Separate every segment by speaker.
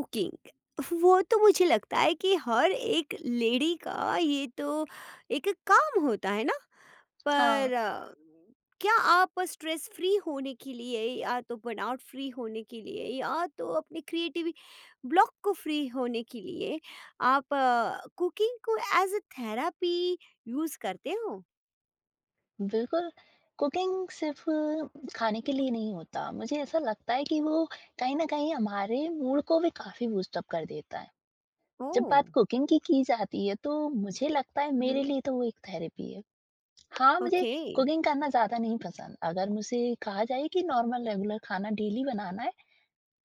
Speaker 1: Cooking. वो तो मुझे लगता है कि हर एक लेडी का ये तो एक काम होता है ना।
Speaker 2: हाँ,
Speaker 1: पर क्या आप स्ट्रेस फ्री होने के लिए या तो बर्नआउट फ्री होने के लिए या तो अपने क्रिएटिव ब्लॉक को फ्री होने के लिए आप कुकिंग को एज अ थेरापी यूज करते हो।
Speaker 2: बिल्कुल। कुकिंग सिर्फ़ खाने के लिए नहीं होता, मुझे ऐसा लगता है कि वो कहीं न कहीं हमारे मूड को भी काफ़ी बूस्ट अप कर देता है।
Speaker 1: ओ।
Speaker 2: जब बात कुकिंग की जाती है तो मुझे लगता है
Speaker 1: हम्म।
Speaker 2: मेरे लिए तो वो एक थेरेपी है। हाँ, मुझे
Speaker 1: ओके।
Speaker 2: कुकिंग करना ज़्यादा नहीं पसंद, अगर मुझसे कहा जाए कि नॉर्मल रेगुलर खाना डेली बनाना है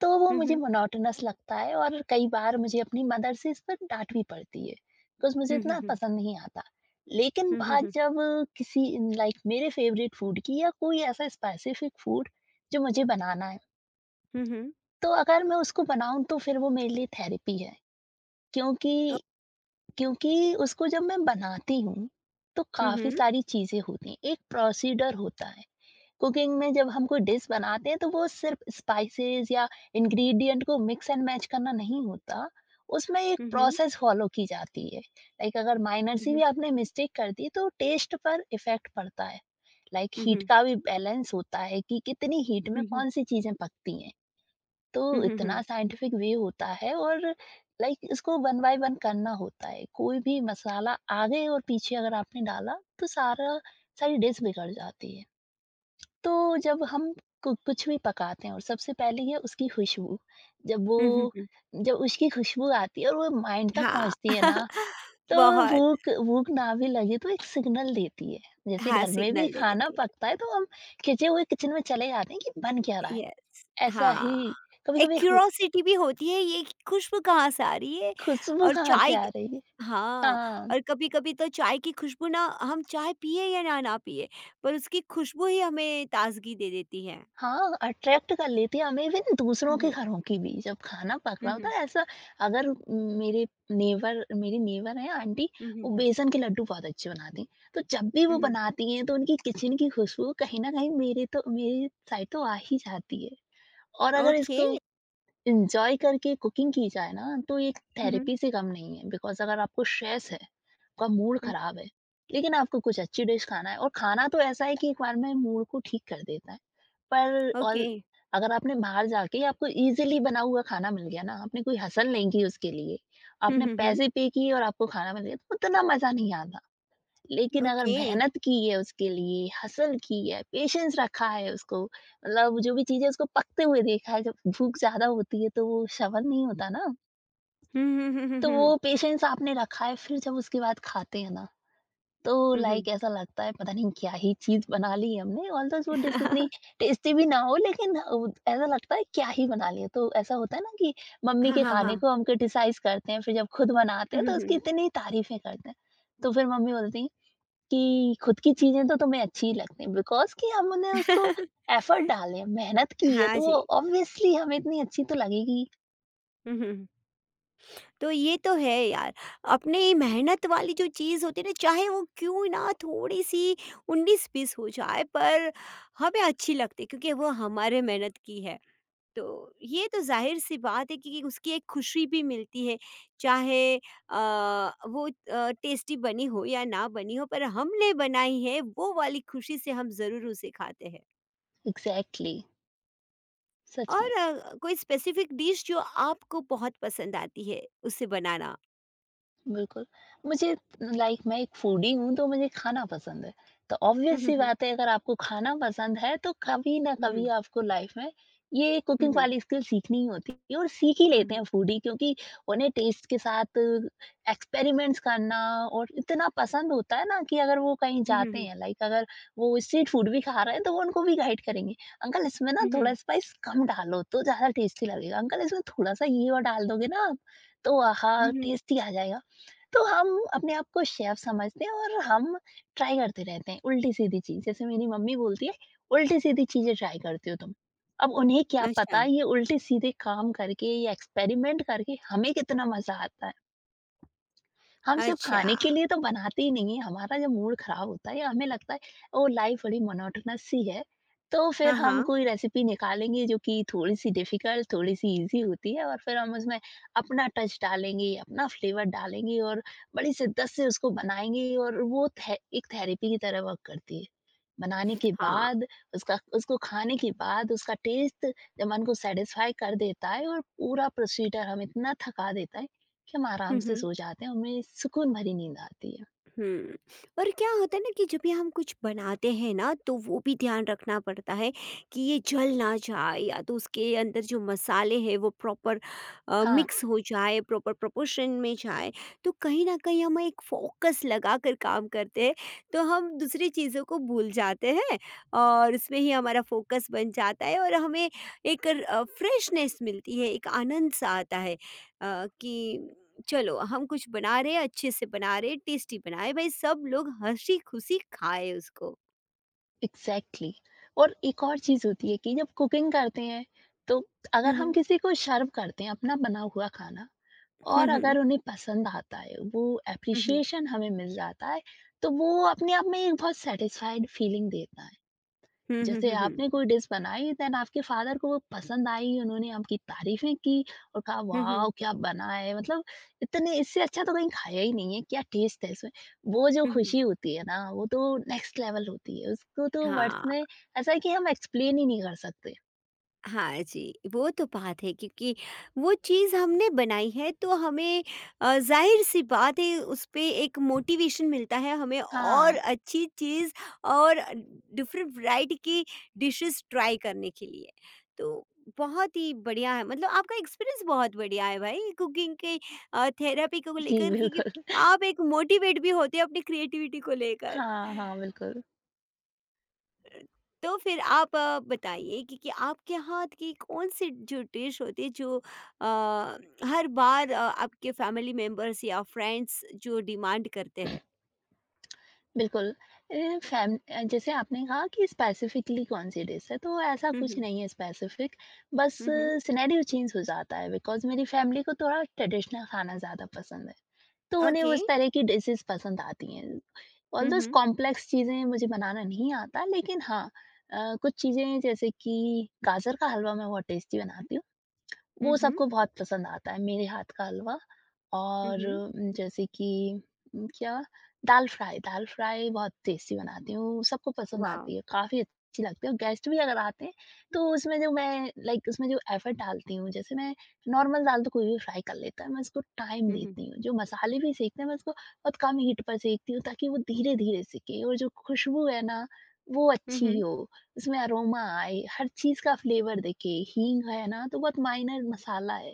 Speaker 2: तो वो
Speaker 1: हम्म।
Speaker 2: मुझे
Speaker 1: हम्म।
Speaker 2: मोनोटोनस लगता है और कई बार मुझे अपनी मदर से इस पर डांट भी पड़ती है बिकॉज मुझे
Speaker 1: हम्म।
Speaker 2: इतना
Speaker 1: हम्म।
Speaker 2: पसंद नहीं आता लेकिन बात
Speaker 1: हम्म।
Speaker 2: जब किसी लाइक मेरे फेवरेट फूड की या कोई ऐसा स्पेसिफिक फूड जो मुझे बनाना है
Speaker 1: हम्म। हम्म। हम्म।
Speaker 2: तो अगर मैं उसको बनाऊं तो फिर वो मेरे लिए थेरेपी है क्योंकि क्योंकि उसको जब मैं बनाती हूँ तो काफी सारी चीजें होती हैं, एक प्रोसीडर होता है। कुकिंग में जब हम कोई डिश बनाते हैं तो वो सिर्फ स्पाइसेस या इंग्रेडिएंट को मिक्स एंड मैच करना नहीं होता, उसमें एक
Speaker 1: हम्म। हम्म।
Speaker 2: प्रोसेस फॉलो की जाती है। लाइक अगर माइनर सी भी
Speaker 1: हम्म।
Speaker 2: आपने मिस्टेक कर दी तो टेस्ट पर इफेक्ट पड़ता है। लाइक हीट
Speaker 1: हम्म।
Speaker 2: का भी बैलेंस होता है कि कितनी हीट में
Speaker 1: हम्म।
Speaker 2: कौन सी चीजें पकती हैं, तो
Speaker 1: हम्म। हम्म।
Speaker 2: इतना
Speaker 1: हम्म।
Speaker 2: साइंटिफिक वे होता है। और लाइक इसको वन बाय वन करना होता है, कोई भी मसाला आगे और पीछे अगर आपने डाला तो सारा सारी डिश बिगड़ जाती है। तो जब हम कुछ भी पकाते हैं और सबसे पहले है उसकी खुशबू, जब वो
Speaker 1: हुँ, हुँ, हुँ।
Speaker 2: जब उसकी खुशबू आती है और वो माइंड तक
Speaker 1: हाँ,
Speaker 2: पहुंचती है ना, तो
Speaker 1: बहुत।
Speaker 2: भूख भूख ना भी लगे तो एक सिग्नल देती है। जैसे
Speaker 1: हाँ,
Speaker 2: घर में भी
Speaker 1: सिग्नल दे
Speaker 2: खाना
Speaker 1: देती
Speaker 2: पकता है तो हम खिंचे हुए किचन में चले जाते हैं कि बन क्या रहा
Speaker 1: है।
Speaker 2: है,
Speaker 1: यस,
Speaker 2: ऐसा ही
Speaker 1: हाँ,
Speaker 2: कभी
Speaker 1: एक
Speaker 2: कभी।
Speaker 1: क्यूरोसिटी भी होती है ये खुशबू कहाँ से आ रही है।
Speaker 2: खुशबू
Speaker 1: और
Speaker 2: कहाँ से
Speaker 1: चाय
Speaker 2: आ
Speaker 1: क
Speaker 2: रही है।
Speaker 1: हाँ,
Speaker 2: हाँ,
Speaker 1: और कभी-कभी तो चाय की खुशबू ना हम चाय पिए या ना ना पिए, पर उसकी खुशबू ही हमें ताज़गी दे देती है।
Speaker 2: हाँ, अट्रैक्ट कर लेती है हमें, इवन दूसरों
Speaker 1: हुँ,
Speaker 2: के
Speaker 1: हुँ।
Speaker 2: घरों की भी। जब खाना पक
Speaker 1: हुँ,
Speaker 2: रहा होता
Speaker 1: हुँ।
Speaker 2: है, ऐसा अगर मेरे नेबर मेरी नेबर हैं आंटी,
Speaker 1: हुँ,
Speaker 2: वो
Speaker 1: हुँ, हुँ।
Speaker 2: बेसन के लड्डू बहुत अच्छे बनाती हैं। तो जब भी वो
Speaker 1: हुँ,
Speaker 2: बनाती हैं तो उनकी किचन की खुशबू कहीं न कहीं मेरे तो मेरी साइड तो आ ही जाती है। और
Speaker 1: हुँ।
Speaker 2: अगर
Speaker 1: ओके।
Speaker 2: इसको एन्जॉय करके कुकिंग की जाए ना तो ये
Speaker 1: हुँ, हुँ,
Speaker 2: थेरेपी से कम नहीं है। बिकॉज़ अगर आपको स्ट्रेस है, आपका मूड
Speaker 1: हुँ।
Speaker 2: ख़राब है, लेकिन आपको कुछ अच्छी डिश खाना है, और खाना तो ऐसा है कि एक बार में मूड को ठीक कर देता है। पर ऑल
Speaker 1: ओके।
Speaker 2: अगर आपने बाहर जाके आपको ईज़िली बना हुआ खाना मिल गया ना, आपने कोई हसल नहीं की उसके लिए,
Speaker 1: हुँ,
Speaker 2: आपने
Speaker 1: हुँ, हुँ।
Speaker 2: पैसे पे किए और आपको खाना मिल गया, तो उतना मज़ा नहीं आता। लेकिन अगर
Speaker 1: ओके।
Speaker 2: मेहनत की है उसके लिए, हसल की है, पेशेंस रखा है उसको, मतलब जो भी चीज़ है उसको पकते हुए देखा है, जब भूख ज़्यादा होती है तो वो श्रवण नहीं होता ना,
Speaker 1: हुँ, हुँ, हुँ, हुँ,
Speaker 2: तो
Speaker 1: हुँ।
Speaker 2: वो पेशेंस आपने रखा है, फिर जब उसके बाद खाते हैं ना तो
Speaker 1: हुँ, हुँ।
Speaker 2: लाइक ऐसा लगता है पता नहीं क्या ही चीज़ बना ली हमने, ऑल्दो वो डिश इतनी टेस्टी भी ना हो लेकिन ऐसा लगता है क्या ही बना लिया। तो ऐसा होता है ना कि मम्मी
Speaker 1: हाँ,
Speaker 2: के
Speaker 1: हाँ,
Speaker 2: खाने
Speaker 1: हाँ।
Speaker 2: को हम क्रिटिसाइज़ करते हैं, फिर जब खुद बनाते हैं
Speaker 1: हुँ, हुँ,
Speaker 2: तो उसकी
Speaker 1: हुँ।
Speaker 2: इतनी तारीफ़ें करते हैं। तो फिर मम्मी बोलती हैं कि खुद की चीज़ें तो तुम्हें अच्छी ही लगती हैं बिकॉज़ कि हमने उसको एफर्ट डाले हैं, मेहनत की है
Speaker 1: हाँ
Speaker 2: तो वो
Speaker 1: जी।
Speaker 2: ऑब्वियसली हमें इतनी अच्छी तो लगेगी।
Speaker 1: हुँ, हुँ। तो ये तो है यार, अपनी मेहनत वाली जो चीज़ होती है ना चाहे वो क्यों ना थोड़ी-सी उन्नीस-बीस हो जाए पर हमें अच्छी लगती है क्योंकि वो हमारे मेहनत की है। तो ये तो ज़ाहिर-सी बात है कि उसकी एक खुशी भी मिलती है, चाहे वो टेस्टी बनी हो या ना बनी हो पर हमने बनाई है वो वाली खुशी से हम ज़रूर उसे खाते हैं।
Speaker 2: एग्ज़ैक्टली, सच में।
Speaker 1: और कोई स्पेसिफ़िक डिश जो आपको बहुत पसंद आती है उसे बनाना?
Speaker 2: बिल्कुल। मुझे लाइक मैं एक फूडी हूँ तो मुझे खाना पसंद है। तो
Speaker 1: हुँ,
Speaker 2: ऑब्वियस
Speaker 1: हुँ,
Speaker 2: सी
Speaker 1: हुँ।
Speaker 2: बात है, अगर आपको खाना पसंद है तो कभी न
Speaker 1: हुँ,
Speaker 2: कभी
Speaker 1: हुँ।
Speaker 2: आपको लाइफ़ में ये
Speaker 1: हुँ,
Speaker 2: कुकिंग
Speaker 1: हुँ।
Speaker 2: वाली स्किल सीखनी ही होती है, और सीख ही
Speaker 1: हुँ,
Speaker 2: लेते
Speaker 1: हुँ।
Speaker 2: हैं फूडी क्योंकि उन्हें टेस्ट के साथ एक्सपेरिमेंट्स करना और इतना पसंद होता है ना कि अगर वो कहीं
Speaker 1: हुँ, हुँ,
Speaker 2: जाते
Speaker 1: हुँ।
Speaker 2: हैं लाइक अगर वो स्ट्रीट फूड भी खा रहे हैं तो वो उनको भी गाइड करेंगे। अंकल, इसमें ना
Speaker 1: हुँ,
Speaker 2: थोड़ा
Speaker 1: हुँ।
Speaker 2: स्पाइस कम डालो तो ज़्यादा टेस्टी लगेगा। अंकल, इसमें थोड़ा-सा ये और डाल दोगे ना आप तो आहा!
Speaker 1: हुँ, हुँ।
Speaker 2: टेस्टी आ जाएगा। तो हम अपने आप को शेफ समझते हैं और हम ट्राई करते रहते हैं उल्टी-सीधी चीज़। जैसे मेरी मम्मी बोलती है, "उल्टी-सीधी चीज़ें ट्राई करती हो तुम।" अब उन्हें क्या
Speaker 1: अच्छा,
Speaker 2: पता ये उल्टे-सीधे काम करके या एक्सपेरिमेंट करके हमें कितना मज़ा आता है। हम सिर्फ खाने
Speaker 1: अच्छा।
Speaker 2: के लिए तो बनाते ही नहीं है, हमारा जब मूड खराब होता है या हमें लगता है ओ लाइफ बड़ी मोनोटोनस सी है, तो फिर
Speaker 1: हाँ,
Speaker 2: हम
Speaker 1: हाँ।
Speaker 2: कोई रेसिपी निकालेंगे जो कि थोड़ी-सी डिफिकल्ट, थोड़ी-सी ईज़ी होती है और फिर हम उसमें अपना टच डालेंगे, अपना फ्लेवर डालेंगे और बड़ी शिद्दत से उसको बनाएँगे, और वो थे एक थेरेपी की तरह वर्क करती है। बनाने के
Speaker 1: हाँ।
Speaker 2: बाद उसका उसको खाने के बाद उसका टेस्ट जब मन को सैटिस्फाई कर देता है और पूरा प्रोसीजर हमें इतना थका देता है कि हम आराम
Speaker 1: हुँ,
Speaker 2: से
Speaker 1: हुँ।
Speaker 2: सो जाते हैं, हमें सुकून भरी नींद आती है।
Speaker 1: हम्म, और क्या होता है ना कि जब भी हम कुछ बनाते हैं ना तो वो भी ध्यान रखना पड़ता है कि ये जल ना जाए या तो उसके अंदर जो मसाले हैं वो प्रॉपर
Speaker 2: हाँ,
Speaker 1: मिक्स हो जाए प्रॉपर प्रोपोर्शन में जाए। तो कहीं ना कहीं हम एक फोकस लगा कर काम करते हैं तो हम दूसरी चीज़ों को भूल जाते हैं और उसमें ही हमारा फोकस बन जाता है और हमें एक फ्रेशनेस मिलती है एक आनंद सा आता है कि चलो हम कुछ बना रहे हैं, अच्छे से बना रहे हैं, टेस्टी बनाए भाई सब लोग हँसी खुशी खाए उसको।
Speaker 2: एग्ज़ैक्टली। और एक और चीज़ होती है कि जब कुकिंग करते हैं, तो
Speaker 1: हुँ,
Speaker 2: अगर हम
Speaker 1: हुँ।
Speaker 2: किसी को सर्व करते हैं अपना बना हुआ खाना
Speaker 1: हुँ,
Speaker 2: और अगर
Speaker 1: हुँ।
Speaker 2: उन्हें पसंद आता है, वो
Speaker 1: हुँ, हुँ।
Speaker 2: एप्रिसिएशन हमें मिल जाता है, तो वो अपने आप में एक बहुत सैटिस्फाइड फीलिंग देता है।
Speaker 1: हुँ, हुँ,
Speaker 2: जैसे
Speaker 1: हुँ, हुँ।
Speaker 2: आपने कोई डिश बनाई, देन आपके फादर को वो पसंद आई, उन्होंने आपकी तारीफें की और कहा
Speaker 1: हुँ, हुँ।
Speaker 2: वाओ क्या बना है, मतलब इतने इससे अच्छा तो कहीं खाया ही नहीं है, क्या टेस्ट है इसमें, वो जो
Speaker 1: हुँ, हुँ।
Speaker 2: खुशी होती है ना वो तो नेक्स्ट लेवल होती है, उसको तो वर्ड्स
Speaker 1: हाँ।
Speaker 2: में ऐसा है कि हम एक्सप्लेन ही नहीं कर सकते।
Speaker 1: हाँ जी, वो तो बात है क्योंकि वो चीज़ हमने बनाई है तो हमें ज़ाहिर-सी बात है उस पे एक मोटिवेशन मिलता है हमें और
Speaker 2: हाँ
Speaker 1: अच्छी चीज़ और डिफरेंट वैरायटी की डिशेज़ ट्राई करने के लिए। तो बहुत ही बढ़िया है मतलब आपका एक्सपीरियंस बहुत बढ़िया है भाई कुकिंग के थेरेपी को
Speaker 2: जी,
Speaker 1: लेकर के
Speaker 2: बिल्कुल
Speaker 1: आप एक मोटिवेट भी होते हो अपनी क्रिएटिविटी को लेकर।
Speaker 2: हाँ, हाँ, बिल्कुल।
Speaker 1: तो फिर आप बताइए कि आपके हाथ की कौन सी जो डिश होती है जो हर बार आपके फैमिली मेंबर्स या फ्रेंड्स जो डिमांड करते हैं।
Speaker 2: बिल्कुल। अ, जैसे आपने कहा कि स्पेसिफिकली कौन-सी डिश है, तो ऐसा कुछ
Speaker 1: हम्म।
Speaker 2: नहीं है स्पेसिफिक, बस
Speaker 1: हम्म।
Speaker 2: सिनेरियो चेंज हो जाता है बिकॉज़ मेरी फैमिली को थोड़ा ट्रेडिशनल खाना ज़्यादा पसंद है, तो उन्हें
Speaker 1: ओके।
Speaker 2: उस तरह की डिशेज़ पसंद आती हैं। ऑल्दोज़
Speaker 1: हम्म।
Speaker 2: कॉम्प्लेक्स चीज़ें मुझे बनाना नहीं आता, लेकिन हाँ, कुछ चीज़ें जैसे कि गाजर का हलवा मैं बहुत टेस्टी बनाती हूँ, वो
Speaker 1: हम्म।
Speaker 2: सबको बहुत पसंद आता है, मेरे हाथ का हलवा। और
Speaker 1: हम्म।
Speaker 2: जैसे कि उम, क्या दाल फ्राई बहुत टेस्टी बनाती हूँ, सबको पसंद
Speaker 1: वाओ।
Speaker 2: आती है, काफ़ी अच्छी लगती है और गेस्ट भी अगर आते हैं, तो उसमें जो मैं लाइक उसमें जो एफर्ट डालती हूँ, जैसे मैं नॉर्मल दाल तो कोई भी फ्राई कर लेता है, मैं उसको टाइम
Speaker 1: हम्म।
Speaker 2: देती हूँ। जो मसाले भी सेंकते हैं, मैं उसको बहुत कम हीट पर सेंकती हूँ ताकि वो धीरे-धीरे सिके और जो खुशबू है ना, वो अच्छी
Speaker 1: हम्म।
Speaker 2: हो, उसमें अरोमा आए, हर चीज़ का फ्लेवर दिखे। हींग है ना, तो बहुत माइनर मसाला है।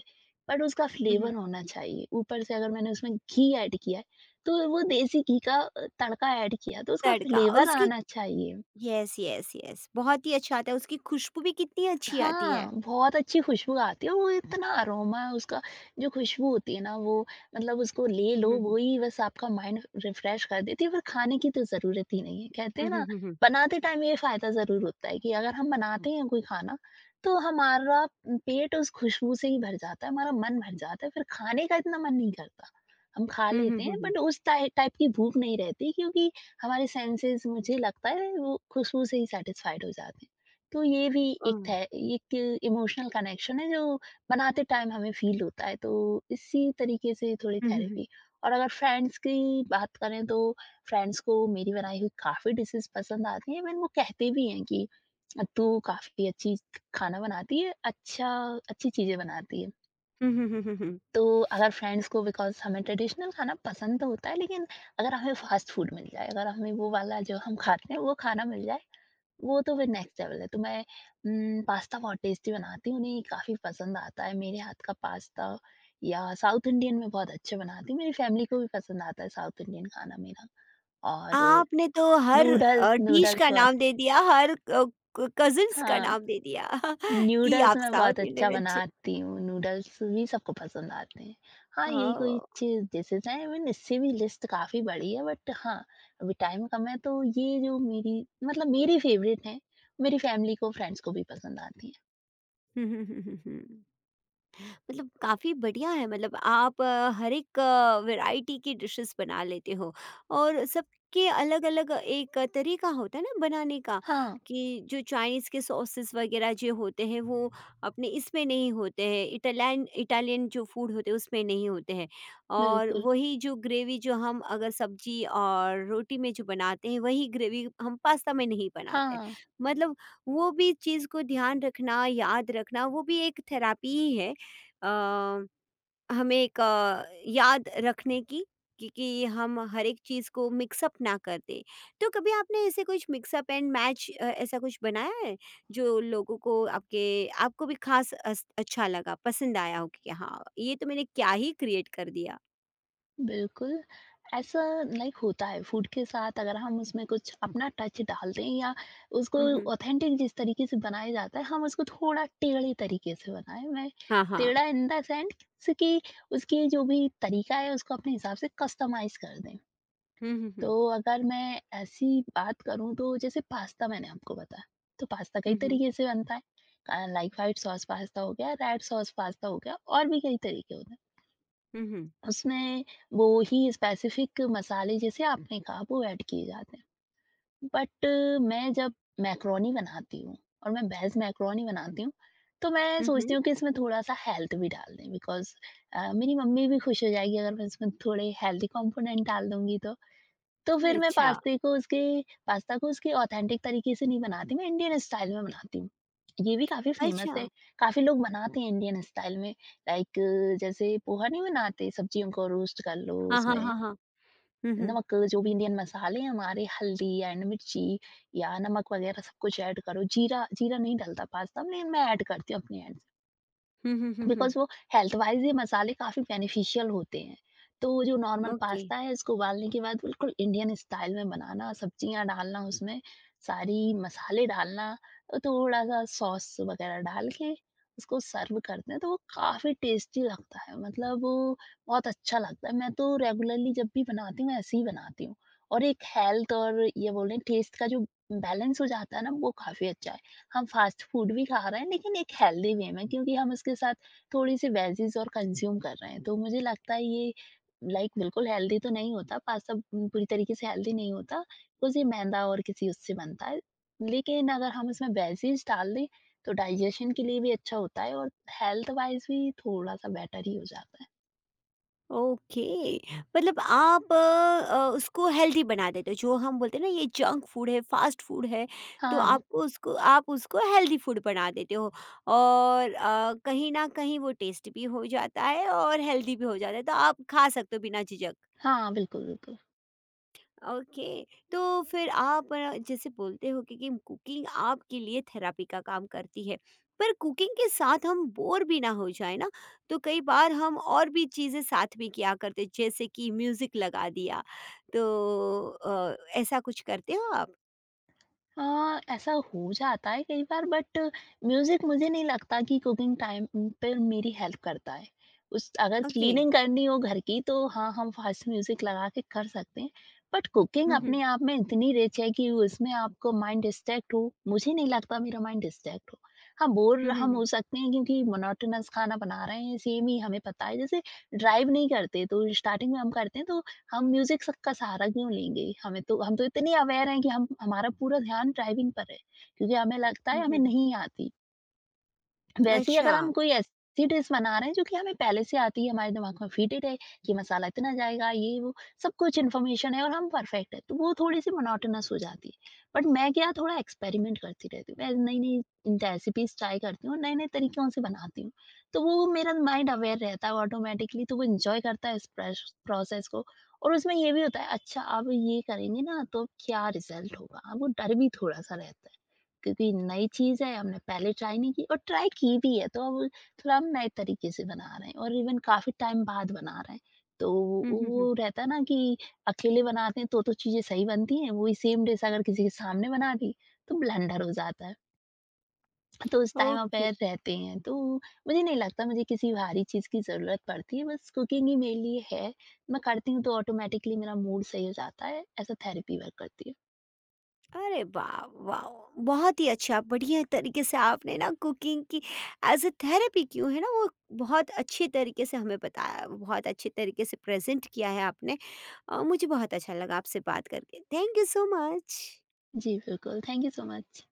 Speaker 2: बट उसका
Speaker 1: हम्म।
Speaker 2: फ्लेवर होना चाहिए। ऊपर से अगर मैंने उसमें घी ऐड किया है, तो वो देसी घी का तड़का ऐड किया, तो उसका
Speaker 1: तड़का और
Speaker 2: फ्लेवर
Speaker 1: उसकी
Speaker 2: आना चाहिए।
Speaker 1: यस यस यस बहुत ही अच्छा आता है उसकी खुशबू भी कितनी अच्छी आती है।
Speaker 2: हाँ, बहुत अच्छी खुशबू आती है और वो इतना अरोमा उसका, जो खुशबू होती है ना वो मतलब उसको ले
Speaker 1: हम्म।
Speaker 2: लो
Speaker 1: हम्म।
Speaker 2: वो ही बस आपका माइंड रिफ्रेश कर देती है, पर खाने की तो ज़रूरत ही नहीं है। कहते हैं
Speaker 1: हम्म।
Speaker 2: ना,
Speaker 1: हम्म। हम्म।
Speaker 2: बनाते टाइम ये फ़ायदा ज़रूर होता है कि अगर हम हुँ। बनाते हैं कोई खाना तो हमारा पेट उस खुशबू से ही भर जाता है, हमारा मन भर जाता है, फिर खाने का इतना मन नहीं करता। हम खा
Speaker 1: हम्म।
Speaker 2: लेते हैं
Speaker 1: हम्म।
Speaker 2: बट उस टाइप की भूख नहीं रहती क्योंकि हमारे सेंसेस मुझे लगता है वो खुशबू से ही सैटिस्फाइड हो जाते हैं। तो ये भी एक
Speaker 1: हम्म।
Speaker 2: थे एक इमोशनल कनेक्शन है जो बनाते टाइम हमें फ़ील होता है, तो इसी तरीके से थोड़ी
Speaker 1: हम्म। हम्म।
Speaker 2: थेरेपी। और अगर फ्रेंड्स की बात करें तो फ्रेंड्स को मेरी बनाई हुई काफ़ी डिशेस पसंद आती हैं, इवन वो कहते भी हैं कि तू काफ़ी अच्छी खाना बनाती है, अच्छी चीज़ें बनाती है।
Speaker 1: हम्म। हम्म। हम्म। हम्म।
Speaker 2: तो अगर फ्रेंड्स को बिकॉज़ हमें ट्रेडिशनल खाना पसंद तो होता है, लेकिन अगर हमें फ़ास्ट फ़ूड मिल जाए, अगर हमें वो वाला जो हम खाते हैं वो खाना मिल जाए, वो तो फिर नेक्स्ट लेवल है। तो मैं पास्ता बहुत टेस्टी बनाती हूँ, उन्हें काफ़ी पसंद आता है मेरे हाथ का पास्ता, या साउथ इंडियन में बहुत अच्छे बनाती हूँ, मेरी फैमिली को भी पसंद आता है साउथ इंडियन खाना मेरा, और
Speaker 1: आपने तो हर
Speaker 2: नूडल्स
Speaker 1: डिश
Speaker 2: नूडल्स
Speaker 1: का
Speaker 2: बहुत,
Speaker 1: नाम दे दिया, हर अ, क कज़िन्स का
Speaker 2: हाँ,
Speaker 1: नाम दे दिया। कि
Speaker 2: नूडल्स
Speaker 1: आप
Speaker 2: मैं बहुत
Speaker 1: साउथ
Speaker 2: अच्छा
Speaker 1: इंडियन अच्छे।
Speaker 2: बनाती हूँ, नूडल्स भी सबको पसंद आते हैं। हाँ, यही कोई
Speaker 1: ओह!
Speaker 2: चीज़ डिशेज़ हैं, इवन इससे भी लिस्ट काफ़ी बड़ी है बट हाँ, अभी टाइम कम है तो ये जो मेरी फ़ेवरेट हैं, मेरी फैमिली को, फ्रेंड्स को भी पसंद आती हैं।
Speaker 1: मतलब काफ़ी बढ़िया है मतलब आप हर एक वैरायटी की डिशेस बना लेते हो और सबके अलग-अलग एक तरीका होता है ना बनाने का
Speaker 2: हाँ,
Speaker 1: कि जो चाइनीज़ के सॉसेस वगैरह जो होते हैं वो अपने इसमें नहीं होते हैं इटालियन इटालियन जो फूड होते हैं उसमें नहीं होते हैं और
Speaker 2: बिल्कुल।
Speaker 1: वही जो ग्रेवी जो हम अगर सब्जी और रोटी में जो बनाते हैं वही ग्रेवी हम पास्ता में नहीं बनाते हैं।
Speaker 2: हाँ,
Speaker 1: मतलब वो भी चीज़ को ध्यान रखना, याद रखना वो भी एक थेरेपी ही है अ, हमें एक याद रखने की कि हम हर एक चीज़ को मिक्सअप ना कर दें। तो कभी आपने ऐसे कुछ मिक्सअप एंड मैच ऐसा कुछ बनाया है? जो लोगों को आपके आपको भी ख़ास अस अच्छा लगा, पसंद आया हो कि हाँ, ये तो मैंने क्या ही क्रिएट कर दिया।
Speaker 2: बिल्कुल, ऐसा लाइक होता है फूड के साथ अगर हम उसमें कुछ अपना टच डाल दें या उसको
Speaker 1: हुँ, हुँ।
Speaker 2: ऑथेंटिक जिस तरीके से बनाया जाता है, हम उसको थोड़ा टेढ़े तरीके से बनाएँ। मैं
Speaker 1: हाँ, हाँ।
Speaker 2: टेढ़ा इन द सेंस कि उसकी जो भी तरीका है, उसको अपने हिसाब से कस्टमाइज़ कर दें।
Speaker 1: हुँ, हुँ,
Speaker 2: तो
Speaker 1: हुँ।
Speaker 2: अगर मैं ऐसी बात करूँ, तो जैसे पास्ता मैंने आपको बताया, तो पास्ता कई
Speaker 1: हुँ, हुँ।
Speaker 2: तरीके से बनता है। लाइक व्हाइट सॉस पास्ता हो गया, रेड सॉस पास्ता हो गया और भी कई तरीके होते हैं।
Speaker 1: हुँ, हुँ।
Speaker 2: उसमें वो ही स्पेसिफिक मसाले जैसे आपने कहा वो ऐड किए जाते हैं बट मैं जब मैक्रोनी बनाती हूँ और मैं बेज मैक्रोनी बनाती हूँ तो मैं
Speaker 1: हुँ,
Speaker 2: सोचती
Speaker 1: हुँ।
Speaker 2: हूँ कि इसमें थोड़ा सा हेल्थ भी डाल दें बिकॉज मेरी मम्मी भी खुश हो जाएगी अगर मैं इसमें थोड़े हेल्दी कंपोनेंट डाल दूंगी तो फिर मैं
Speaker 1: अच्छा,
Speaker 2: पास्ते को उसके पास्ता को उसके ऑथेंटिक तरीके से नहीं बनाती, मैं इंडियन स्टाइल में बनाती हूँ। ये भी काफ़ी फेमस
Speaker 1: अच्छा।
Speaker 2: है, काफ़ी लोग बनाते हैं इंडियन स्टाइल में लाइक जैसे पोहा नहीं बनाते, सब्जियों को रोस्ट कर लो
Speaker 1: हाँ, हाँ,
Speaker 2: उसमें
Speaker 1: हाँ, हाँ। हुँ, हुँ।
Speaker 2: नमक जो भी इंडियन मसाले हैं हमारे हल्दी एंड मिर्ची या नमक वगैरह सब कुछ ऐड करो, जीरा जीरा नहीं डलता पास्ता में, मैं ऐड करती हूँ अपने एंड से।
Speaker 1: हुँ, हुँ, हुँ, हुँ।
Speaker 2: बिकॉज़ वो हेल्थ वाइज़ ये मसाले काफ़ी बेनिफिशियल होते हैं। तो वो जो नॉर्मल
Speaker 1: ओके।
Speaker 2: पास्ता है इसको उबालने के बाद बिल्कुल इंडियन स्टाइल में बनाना, सब्जियाँ डालना उसमें, सारी मसाले डालना, थोड़ा-सा सॉस वग़ैरह डाल के उसको सर्व करते हैं तो वो काफ़ी टेस्टी लगता है। मतलब वो बहुत अच्छा लगता है। मैं तो रेगुलरली जब भी बनाती हूँ, ऐसे ही बनाती हूँ। और एक हेल्थ और ये बोलें टेस्ट का जो बैलेंस हो जाता है ना, वो काफ़ी अच्छा है। हम फ़ास्ट फूड भी खा रहे हैं लेकिन एक हेल्दी वे में क्योंकि हम उसके साथ थोड़ी-सी वेजीज़ और कंज़्यूम कर रहे हैं, तो मुझे लगता है ये लाइक बिल्कुल हेल्दी तो नहीं होता, पास्ता पूरी तरीके से हेल्दी नहीं होता, कुछ ये मैदा और किसी उससे बनता है। लेकिन अगर हम इसमें वेजीज़ डाल दें, तो डाइजेशन के लिए भी अच्छा होता है और हेल्थ वाइज़ भी थोड़ा-सा बेटर ही हो जाता है।
Speaker 1: ओके मतलब आप उसको हेल्दी बना देते हो जो हम बोलते हैं ना ये जंक फूड है फास्ट फूड है तो
Speaker 2: हाँ।
Speaker 1: आपको उसको आप उसको हेल्दी फूड बना देते हो और कहीं ना कहीं वो टेस्ट भी हो जाता है और हेल्दी भी हो जाता है तो आप खा सकते हो बिना झिझक।
Speaker 2: हाँ, बिल्कुल, बिल्कुल।
Speaker 1: ओके। तो फिर आप जैसे बोलते हो कि कुकिंग आपके लिए थेरापी का काम करती है पर कुकिंग के साथ हम बोर भी ना हो जाए ना तो कई बार हम और भी चीज़ें साथ में किया करते जैसे कि म्यूजिक लगा दिया तो ऐसा कुछ करते हो आप?
Speaker 2: हाँ, ऐसा हो जाता है कई बार बट म्यूज़िक मुझे नहीं लगता कि कुकिंग टाइम पे मेरी हेल्प करता है। उस अगर
Speaker 1: ओके।
Speaker 2: क्लीनिंग करनी हो घर की तो हाँ, हम फास्ट म्यूज़िक लगा के कर सकते हैं। बट कुकिंग
Speaker 1: हम्म। हम्म।
Speaker 2: अपने आप में इतनी रिच है कि उसमें आपको माइंड डिस्ट्रैक्ट हो, मुझे नहीं लगता मेरा माइंड डिस्ट्रैक्ट हो। हाँ, बोर
Speaker 1: हम्म।
Speaker 2: हम
Speaker 1: हम्म।
Speaker 2: हो सकते हैं क्योंकि मोनोटोनस खाना बना रहे हैं, सेम ही हमें पता है। जैसे ड्राइव नहीं करते तो स्टार्टिंग में हम करते हैं तो हम म्यूज़िक स का सहारा क्यों लेंगे? हमें तो हम तो इतने अवेयर हैं कि हम हमारा पूरा ध्यान ड्राइविंग पर है, क्योंकि हमें लगता है
Speaker 1: हम्म।
Speaker 2: हमें नहीं आती। वैसे ही
Speaker 1: अच्छा।
Speaker 2: अगर हम कोई ऐसी डिश बना रहे हैं जो कि हमें पहले से आती है, हमारे दिमाग में फिटेड है, ये मसाला इतना जाएगा, ये वो सब कुछ इन्फॉर्मेशन है और हम परफेक्ट है, तो वो थोड़ी-सी मोनोटोनस हो जाती है। बट मैं क्या थोड़ा एक्सपेरिमेंट करती रहती हूँ, मैं नई-नई रेसिपीज़ ट्राई करती हूँ और नए-नए तरीकों से बनाती हूँ। तो वो मेरा माइंड अवेयर रहता है ऑटोमैटिकली, तो वो एन्जॉय करता है इस प्रेश प्रोसेस को और उसमें ये भी होता है, अच्छा अब ये करेंगे ना, तो क्या रिज़ल्ट होगा? अब वो डर भी थोड़ा-सा रहता है। क्योंकि नई चीज़ है, हमने पहले ट्राई नहीं की और ट्राई की भी है, तो अब थोड़ा हम नए तरीके से बना रहे हैं और इवन काफ़ी टाइम बाद बना रहे हैं। तो
Speaker 1: हम्म। हम्म।
Speaker 2: वो रहता है ना कि अकेले बनाते हैं तो चीज़ें सही बनती हैं, वही सेम डिश अगर किसी के सामने बना दी, तो ब्लेंडर हो जाता है। तो उस टाइम
Speaker 1: ओके।
Speaker 2: अवेयर रहते हैं, तो मुझे नहीं लगता मुझे किसी भारी चीज़ की ज़रूरत पड़ती है, बस कुकिंग ही मेरे लिए है। मैं करती हूँ तो ऑटोमैटिकली मेरा मूड सही हो जाता है, एज़ अ थेरेपी वर्क करती है।
Speaker 1: अरे वाह। वाह! बहुत ही अच्छा बढ़िया तरीके से आपने ना कुकिंग की एज़ अ थेरेपी क्यों है ना वो बहुत अच्छे तरीके से हमें बताया बहुत अच्छे तरीके से प्रेज़ेंट किया है आपने। मुझे बहुत अच्छा लगा आपसे बात करके। Thank you so much.
Speaker 2: जी बिल्कुल, थैंक यू सो मच।